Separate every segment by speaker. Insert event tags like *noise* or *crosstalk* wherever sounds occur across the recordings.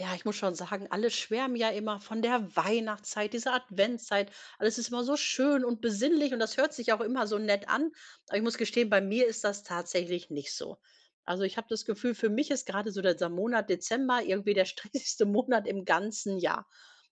Speaker 1: Ja, ich muss schon sagen, alle schwärmen ja immer von der Weihnachtszeit, dieser Adventszeit. Alles ist immer so schön und besinnlich und das hört sich auch immer so nett an. Aber ich muss gestehen, bei mir ist das tatsächlich nicht so. Also ich habe das Gefühl, für mich ist gerade so dieser Monat Dezember irgendwie der stressigste *laughs* Monat im ganzen Jahr.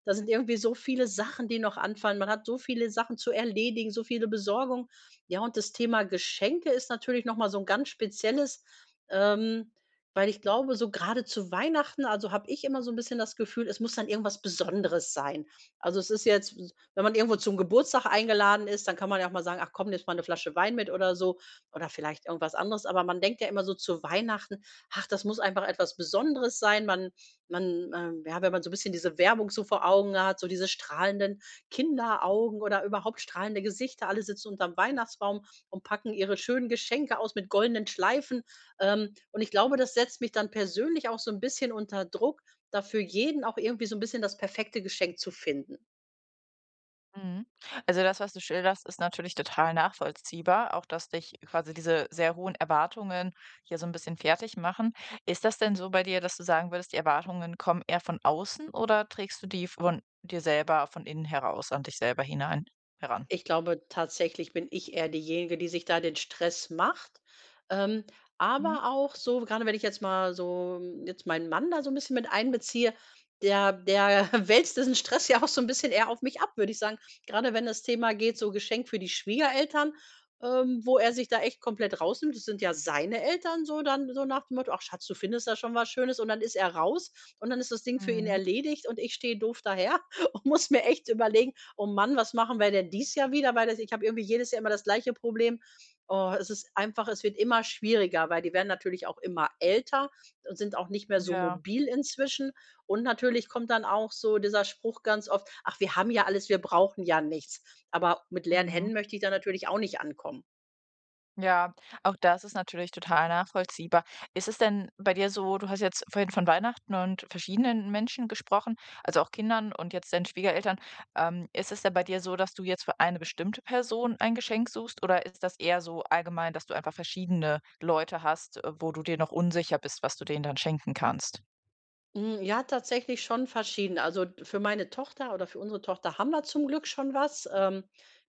Speaker 1: Da sind irgendwie so viele Sachen, die noch anfallen. Man hat so viele Sachen zu erledigen, so viele Besorgungen. Ja, und das Thema Geschenke ist natürlich nochmal so ein ganz spezielles. Ähm, Weil ich glaube, so gerade zu Weihnachten also, habe ich immer so 'n bisschen das Gefühl, es muss dann irgendwas Besonderes sein. Also, es ist jetzt s wenn man irgendwo zum Geburtstag eingeladen ist, dann kann man ja auch mal sagen: „Ach komm, nimmst mal 'ne Flasche Wein mit“ oder so oder vielleicht irgendwas anderes. Aber man denkt ja immer so zu Weihnachten: „Ach, das muss einfach etwas Besonderes sein.“ man, ja, wenn man so 'n bisschen diese Werbung so vor Augen hat, so diese strahlenden Kinderaugen oder überhaupt strahlende Gesichter, alle sitzen unterm Weihnachtsbaum und packen ihre schönen Geschenke aus mit goldenen Schleifen. Und ich glaube, das setzt mich dann persönlich auch so ein bisschen unter Druck, dafür jeden auch irgendwie so ein bisschen das perfekte Geschenk zu finden.
Speaker 2: Mhm. Also das, was du schilderst, ist natürlich total nachvollziehbar, auch dass dich quasi diese sehr hohen Erwartungen hier so ein bisschen fertig machen. Ist das denn so bei dir, dass du sagen würdest, die Erwartungen kommen eher von außen, oder trägst du die von dir selber von innen heraus an dich selber hinein heran?
Speaker 1: Ich glaube, tatsächlich bin ich eher diejenige, die sich da den Stress macht. Ähm,
Speaker 2: Mhm.
Speaker 1: aber auch so, gerade wenn ich jetzt mal so jetzt meinen Mann da so ein bisschen mit einbeziehe, der *laughs* wälzt diesen Stress ja auch so ein bisschen eher auf mich ab, würde ich sagen. Gerade wenn das Thema geht, so Geschenk für die Schwiegereltern, wo er sich da echt komplett rausnimmt. Das sind ja seine Eltern, so dann so nach dem Motto: „Ach Schatz, du findest da schon was Schönes“, und dann ist er raus und dann ist das Ding für ihn
Speaker 2: Mhm.
Speaker 1: erledigt und ich stehe doof daher *laughs* und muss mir echt überlegen: „Oh Mann, was machen wir denn dies Jahr wieder?“ Weil das Ich habe irgendwie jedes Jahr immer das gleiche Problem. Oh, es ist einfach Es wird immer schwieriger, weil die werden natürlich auch immer älter und sind auch nicht mehr so
Speaker 2: Ja.
Speaker 1: mobil inzwischen. Und natürlich kommt dann auch so dieser Spruch ganz oft: „Ach, wir haben ja alles, wir brauchen ja nichts.“ Aber mit leeren
Speaker 2: Mhm.
Speaker 1: Händen möchte ich da natürlich auch nicht ankommen.
Speaker 2: Ja, auch das ist natürlich total nachvollziehbar. Ist es denn bei dir so, du hast jetzt vorhin von Weihnachten und verschiedenen Menschen gesprochen, also auch Kindern und jetzt deinen Schwiegereltern. Ist es denn bei dir so, dass du jetzt für eine bestimmte Person ein Geschenk suchst, oder ist das eher so allgemein, dass du einfach verschiedene Leute hast, wo du dir noch unsicher bist, was du denen dann schenken kannst?
Speaker 1: Hm, ja, tatsächlich schon verschieden. Also, d für meine Tochter oder für unsere Tochter haben wir zum Glück schon was.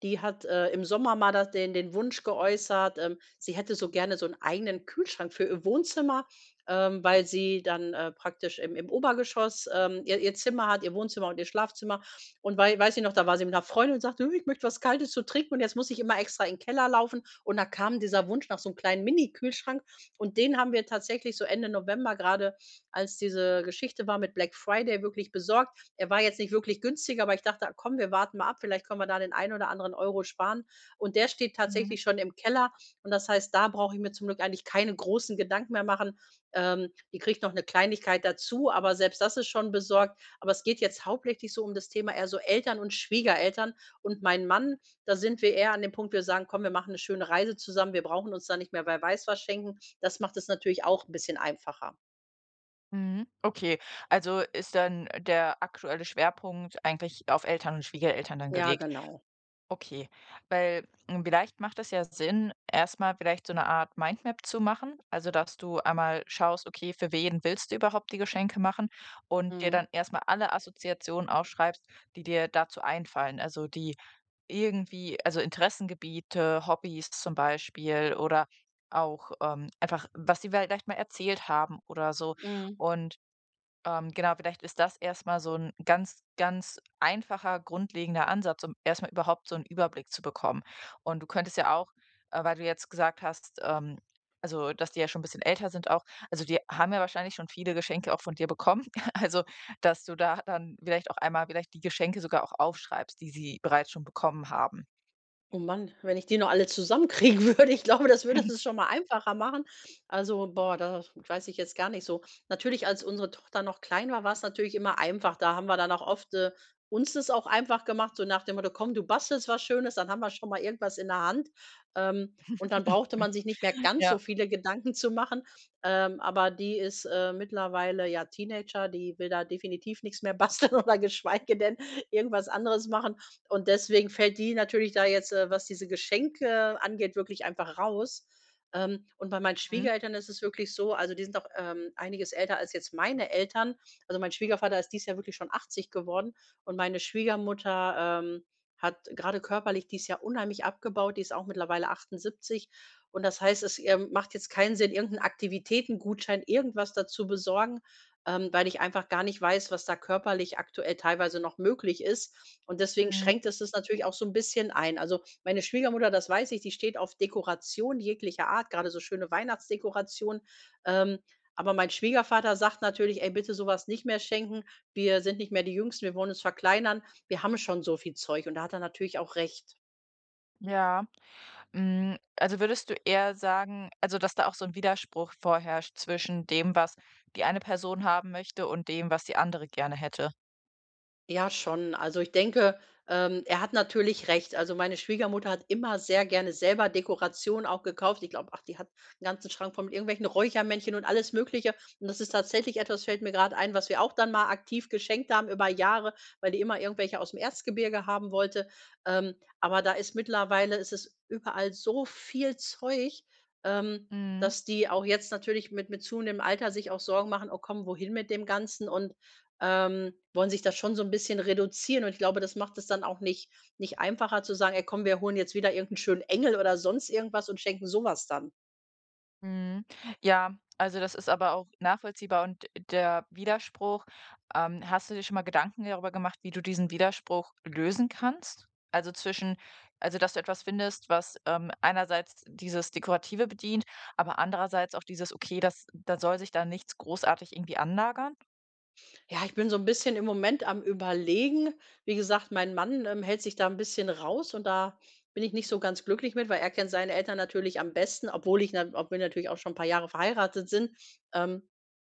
Speaker 1: Die hat, im Sommer mal da den Wunsch geäußert, sie hätte so gerne so einen eigenen Kühlschrank für ihr Wohnzimmer, weil sie dann, praktisch im Obergeschoss, ihr Zimmer hat, ihr Wohnzimmer und ihr Schlafzimmer. Und weil weiß ich noch, da war sie mit einer Freundin und sagte: „Hö, ich möchte was Kaltes zu trinken und jetzt muss ich immer extra in 'n Keller laufen.“ Und da kam dieser Wunsch nach so einem kleinen Mini-Kühlschrank, und den haben wir tatsächlich so Ende November gerade, als diese Geschichte war mit Black Friday, wirklich besorgt. Er war jetzt nicht wirklich günstig, aber ich dachte: „Ah, komm, wir warten mal ab, vielleicht können wir da den einen oder anderen Euro sparen.“ Und der steht
Speaker 2: Mhm.
Speaker 1: tatsächlich schon im Keller und das heißt, da brauche ich mir zum Glück eigentlich keine großen Gedanken mehr machen. Die kriegt noch eine Kleinigkeit dazu, aber selbst das ist schon besorgt. Aber es geht jetzt hauptsächlich so um das Thema eher so Eltern und Schwiegereltern und mein Mann, da sind wir eher an dem Punkt, wir sagen: „Komm, wir machen eine schöne Reise zusammen. Wir brauchen uns da nicht mehr bei weiß was schenken.“ Das macht es natürlich auch ein bisschen einfacher.
Speaker 2: Mhm. Okay, also ist dann der aktuelle Schwerpunkt eigentlich auf Eltern und Schwiegereltern dann
Speaker 1: Ja,
Speaker 2: gelegt?
Speaker 1: genau.
Speaker 2: Okay, weil hm, vielleicht macht es ja Sinn, erstmal vielleicht so eine Art Mindmap zu machen. Also, dass du einmal schaust, okay, für wen willst du überhaupt die Geschenke machen und dir
Speaker 1: Mhm,
Speaker 2: dann erstmal alle Assoziationen aufschreibst, die dir dazu einfallen. Also, die irgendwie also, Interessengebiete, Hobbys zum Beispiel oder auch, einfach, was sie vielleicht mal erzählt haben oder so.
Speaker 1: mhm.
Speaker 2: Und genau, vielleicht ist das erst mal so ein ganz, ganz einfacher, grundlegender Ansatz, um erst mal überhaupt so einen Überblick zu bekommen. Und du könntest ja auch, weil du jetzt gesagt hast, also, dass die ja schon ein bisschen älter sind auch, also, die haben ja wahrscheinlich schon viele Geschenke auch von dir bekommen. *laughs* Also, dass du da dann vielleicht auch einmal vielleicht die Geschenke sogar auch aufschreibst, die sie bereits schon bekommen haben.
Speaker 1: Oh Mann, wenn ich die noch alle zusammenkriegen *laughs* würde, ich glaube, das würde es schon mal einfacher machen. Also, boah, das weiß ich jetzt gar nicht so. Natürlich, als unsere Tochter noch klein war, war es natürlich immer einfach. Da haben wir dann auch oft, uns das auch einfach gemacht, so nach dem Motto: „Komm, du bastelst was Schönes, dann haben wir schon mal irgendwas in der Hand.“ Und dann
Speaker 2: *laughs*
Speaker 1: brauchte man sich nicht mehr ganz so
Speaker 2: Ja.
Speaker 1: viele Gedanken zu machen. Aber die ist, mittlerweile ja Teenager, die will da definitiv nichts mehr basteln *laughs* oder geschweige denn irgendwas anderes machen. Und deswegen fällt die natürlich da jetzt, was diese Geschenke angeht, wirklich einfach raus. Und bei meinen
Speaker 2: Mhm.
Speaker 1: Schwiegereltern ist es wirklich so, also die sind auch einiges älter als jetzt meine Eltern. Also mein Schwiegervater ist dieses Jahr wirklich schon 80 geworden und meine Schwiegermutter hat gerade körperlich dieses Jahr unheimlich abgebaut. Die ist auch mittlerweile 78. Und das heißt, es macht jetzt keinen Sinn, irgendeinen Aktivitätengutschein, irgendwas dazu besorgen, weil ich einfach gar nicht weiß, was da körperlich aktuell teilweise noch möglich ist. Und deswegen
Speaker 2: Mhm.
Speaker 1: schränkt es das natürlich auch so ein bisschen ein. Also, meine Schwiegermutter, das weiß ich, die steht auf Dekoration jeglicher Art, gerade so schöne Weihnachtsdekoration. Ähm, aber mein Schwiegervater sagt natürlich: „Ey, bitte sowas nicht mehr schenken. Wir sind nicht mehr die Jüngsten, wir wollen uns verkleinern. Wir haben schon so viel Zeug.“ Und da hat er natürlich auch recht.
Speaker 2: Ja. Hm, also würdest du eher sagen, also, dass da auch so ein Widerspruch vorherrscht zwischen dem, was die eine Person haben möchte, und dem, was die andere gerne hätte?
Speaker 1: Ja, schon. Also ich denke, er hat natürlich recht. Also meine Schwiegermutter hat immer sehr gerne selber Dekoration auch gekauft. Ich glaube, ach, die hat 'n ganzen Schrank voll mit irgendwelchen Räuchermännchen und alles Mögliche. Und das ist tatsächlich etwas, fällt mir gerade ein, was wir auch dann mal aktiv geschenkt haben über Jahre, weil die immer irgendwelche aus dem Erzgebirge haben wollte. Aber da ist es überall so viel Zeug, ähm,
Speaker 2: Mhm,
Speaker 1: dass die auch jetzt natürlich mit zunehmendem Alter sich auch Sorgen machen: „Oh komm, wohin mit dem Ganzen?“ Und wollen sich das schon so ein bisschen reduzieren und ich glaube, das macht es dann auch nicht einfacher zu sagen: „Ey, komm, wir holen jetzt wieder irgendeinen schönen Engel oder sonst irgendwas und schenken sowas dann.“
Speaker 2: mhm. Ja, also das ist aber auch nachvollziehbar, und der Widerspruch, hast du dir schon mal Gedanken darüber gemacht, wie du diesen Widerspruch lösen kannst? Also zwischen, also, dass du etwas findest, was, einerseits dieses Dekorative bedient, aber andererseits auch dieses: „Okay, das da soll sich da nichts großartig irgendwie anlagern?“
Speaker 1: Ja, ich bin so ein bisschen im Moment am Überlegen. Wie gesagt, mein Mann, hält sich da ein bisschen raus und da bin ich nicht so ganz glücklich mit, weil er kennt seine Eltern natürlich am besten, obwohl ich na obwohl wir natürlich auch schon ein paar Jahre verheiratet sind. Ähm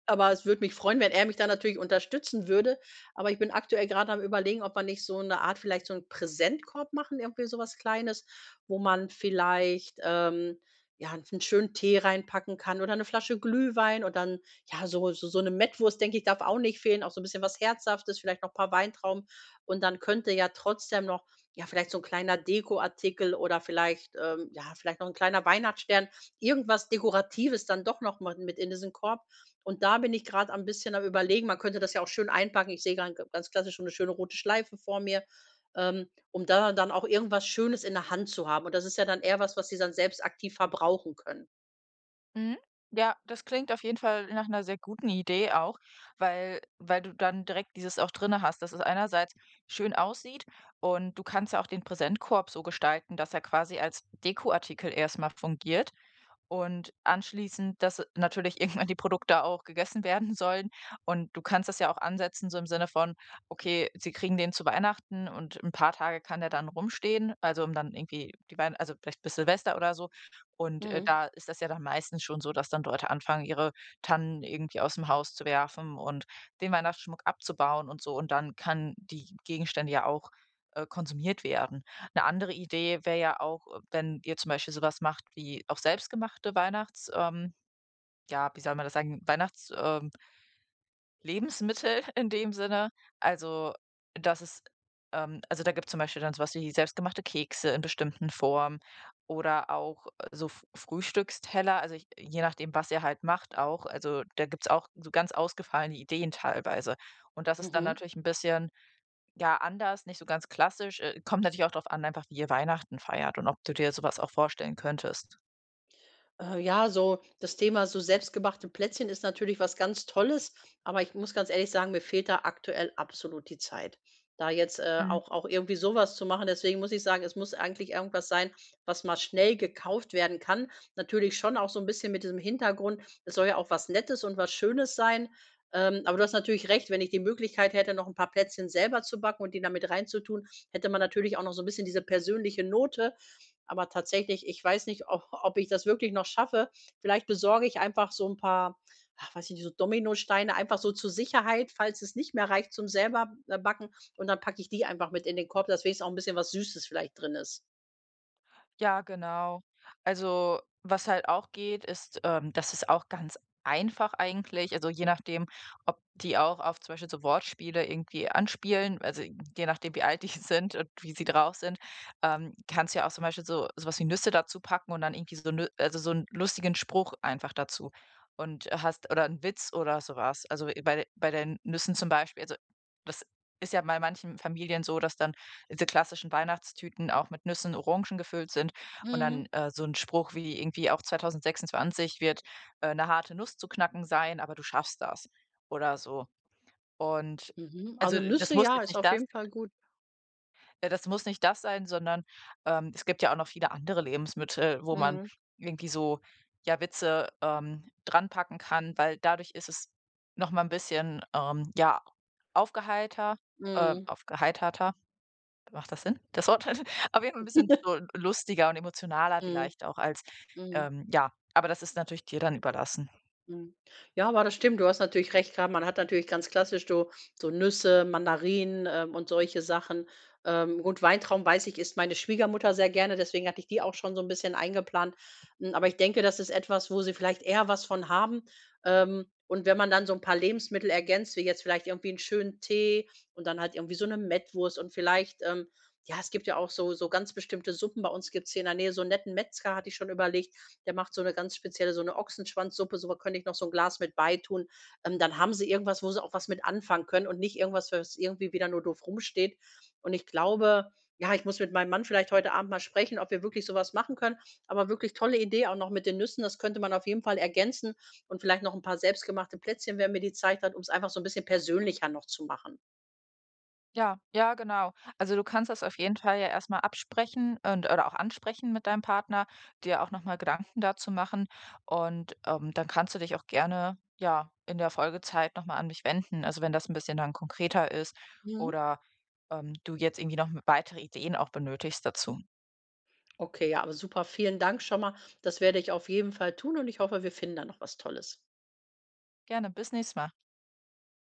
Speaker 1: Aber es würde mich freuen, wenn er mich da natürlich unterstützen würde. Aber ich bin aktuell gerade am Überlegen, ob man nicht so eine Art vielleicht so einen Präsentkorb machen, irgendwie sowas Kleines, wo man vielleicht, ja, einen schönen Tee reinpacken kann oder eine Flasche Glühwein und dann, ja, so eine Mettwurst, denke ich, darf auch nicht fehlen, auch so ein bisschen was Herzhaftes, vielleicht noch ein paar Weintrauben. Und dann könnte ja trotzdem noch, ja, vielleicht so ein kleiner Dekoartikel oder vielleicht, ja, vielleicht noch ein kleiner Weihnachtsstern, irgendwas Dekoratives dann doch noch mal mit in diesen Korb, und da bin ich gerade am bisschen am Überlegen, man könnte das ja auch schön einpacken. Ich sehe ganz klassisch so eine schöne rote Schleife vor mir, um da dann auch irgendwas Schönes in der Hand zu haben. Und das ist ja dann eher was, was sie dann selbst aktiv verbrauchen können.
Speaker 2: Mhm. Ja, das klingt auf jeden Fall nach einer sehr guten Idee auch, weil du dann direkt dieses auch drinne hast, dass es einerseits schön aussieht, und du kannst ja auch den Präsentkorb so gestalten, dass er quasi als Dekoartikel erstmal fungiert, und anschließend, dass natürlich *laughs* irgendwann die Produkte auch gegessen werden sollen. Und du kannst das ja auch ansetzen, so im Sinne von, okay, sie kriegen den zu Weihnachten, und ein paar Tage kann der dann rumstehen, also, um dann irgendwie die Weihnachten, also, vielleicht bis Silvester oder so. Und,
Speaker 1: Mhm,
Speaker 2: da ist das ja dann meistens schon so, dass dann Leute anfangen, ihre Tannen irgendwie aus dem Haus zu werfen und den Weihnachtsschmuck abzubauen und so. Und dann kann die Gegenstände ja auch, konsumiert werden. Eine andere Idee wäre ja auch, wenn ihr zum Beispiel so was macht wie auch selbstgemachte Weihnachts ja, wie soll man das sagen, Weihnachts Lebensmittel *laughs* in dem Sinne. Also, dass es, also, da gibt's zum Beispiel dann so was wie selbstgemachte Kekse in bestimmten Formen oder auch, so F Frühstücksteller, also, ich je nachdem, was ihr halt macht auch. Also, da gibt's auch so ganz ausgefallene Ideen teilweise. Und das ist dann
Speaker 1: mhm.
Speaker 2: natürlich ein bisschen ja, anders, nicht so ganz klassisch. Kommt natürlich auch darauf an, einfach wie ihr Weihnachten feiert und ob du dir sowas auch vorstellen könntest.
Speaker 1: Ja, so das Thema so selbstgemachte Plätzchen ist natürlich was ganz Tolles, aber ich muss ganz ehrlich sagen, mir fehlt da aktuell absolut die Zeit, da jetzt, auch irgendwie sowas zu machen. Deswegen muss ich sagen, es muss eigentlich irgendwas sein, was mal schnell gekauft werden kann. Natürlich schon auch so ein bisschen mit diesem Hintergrund, es soll ja auch was Nettes und was Schönes sein. Aber du hast natürlich recht, wenn ich die Möglichkeit hätte, noch ein paar Plätzchen selber zu backen und die damit reinzutun, hätte man natürlich auch noch so ein bisschen diese persönliche Note, aber tatsächlich, ich weiß nicht, ob ich das wirklich noch schaffe. Vielleicht besorge ich einfach so ein paar, ach, weiß ich nicht, so Dominosteine einfach so zur Sicherheit, falls es nicht mehr reicht zum selber, backen, und dann packe ich die einfach mit in den Korb, dass wenigstens auch ein bisschen was Süßes vielleicht drin ist.
Speaker 2: Ja, genau. Also, was halt auch geht, ist, das ist auch ganz einfach eigentlich. Also je nachdem, ob die auch auf zum Beispiel so Wortspiele irgendwie anspielen, also je nachdem, wie alt die *laughs* sind und wie sie drauf sind, kannst ja auch zum Beispiel so sowas wie Nüsse dazu packen und dann irgendwie so, also so einen lustigen Spruch einfach dazu. Und hast, oder einen Witz oder sowas. Also bei den Nüssen zum Beispiel, also das ist ja bei manchen Familien so, dass dann diese klassischen Weihnachtstüten auch mit Nüssen, Orangen gefüllt sind. Und
Speaker 1: Mhm.
Speaker 2: dann, so ein Spruch wie irgendwie: „Auch 2026 wird, 'ne harte Nuss zu knacken sein, aber du schaffst das.“ oder so. Und
Speaker 1: Mhm. Also,
Speaker 2: also,
Speaker 1: Nüsse,
Speaker 2: das muss
Speaker 1: ja,
Speaker 2: jetzt
Speaker 1: ist
Speaker 2: nicht
Speaker 1: auf
Speaker 2: das,
Speaker 1: jeden Fall gut.
Speaker 2: das muss nicht das sein, sondern, es gibt ja auch noch viele andere Lebensmittel, wo man
Speaker 1: Mhm.
Speaker 2: irgendwie so, ja, Witze, dranpacken kann, weil dadurch ist es noch mal ein bisschen, ja, aufgeheiter
Speaker 1: Mhm.
Speaker 2: aufgeheiterter. Macht das Sinn? Das Wort *laughs* auf jeden Fall ein bisschen so
Speaker 1: *laughs*
Speaker 2: lustiger und emotionaler
Speaker 1: Mhm.
Speaker 2: vielleicht auch als
Speaker 1: Mhm.
Speaker 2: ja, aber das ist natürlich dir dann überlassen.
Speaker 1: Mhm. Ja, aber das stimmt, du hast natürlich recht gehabt. Man hat natürlich ganz klassisch so Nüsse, Mandarinen, und solche Sachen. Gut, Weintrauben, weiß ich, isst meine Schwiegermutter sehr gerne, deswegen hatte ich die auch schon so ein bisschen eingeplant. Hm, aber ich denke, das ist etwas, wo sie vielleicht eher was von haben. Und wenn man dann so ein paar Lebensmittel ergänzt, wie jetzt vielleicht irgendwie einen schönen Tee und dann halt irgendwie so eine Mettwurst und vielleicht, ja, es gibt ja auch ganz bestimmte Suppen. Bei uns gibt es hier in der Nähe so einen netten Metzger, hatte ich schon überlegt, der macht so eine ganz spezielle so eine Ochsenschwanzsuppe, so was könnte ich noch so ein Glas mit beitun. Dann haben sie irgendwas, wo sie auch was mit anfangen können und nicht irgendwas, was irgendwie wieder nur doof rumsteht. Und ich glaube, ja, ich muss mit meinem Mann vielleicht heute Abend mal sprechen, ob wir wirklich so was machen können. Aber wirklich tolle Idee auch noch mit den Nüssen, das könnte man auf jeden Fall ergänzen und vielleicht noch ein paar selbstgemachte Plätzchen, wenn mir die Zeit hat, um es einfach so ein bisschen persönlicher noch zu machen.
Speaker 2: Ja, ja, genau. Also, du kannst das auf jeden Fall ja erst mal absprechen und oder auch ansprechen mit deinem Partner, dir auch noch mal Gedanken dazu machen, und, dann kannst du dich auch gerne, ja, in der Folgezeit noch mal an mich wenden. Also, wenn das ein bisschen dann konkreter ist
Speaker 1: Mhm.
Speaker 2: oder, du jetzt irgendwie noch weitere Ideen auch benötigst dazu.
Speaker 1: Okay, ja, aber super, vielen Dank schon mal. Das werde ich auf jeden Fall tun und ich hoffe, wir finden da noch was Tolles.
Speaker 2: Gerne, bis nächstes Mal.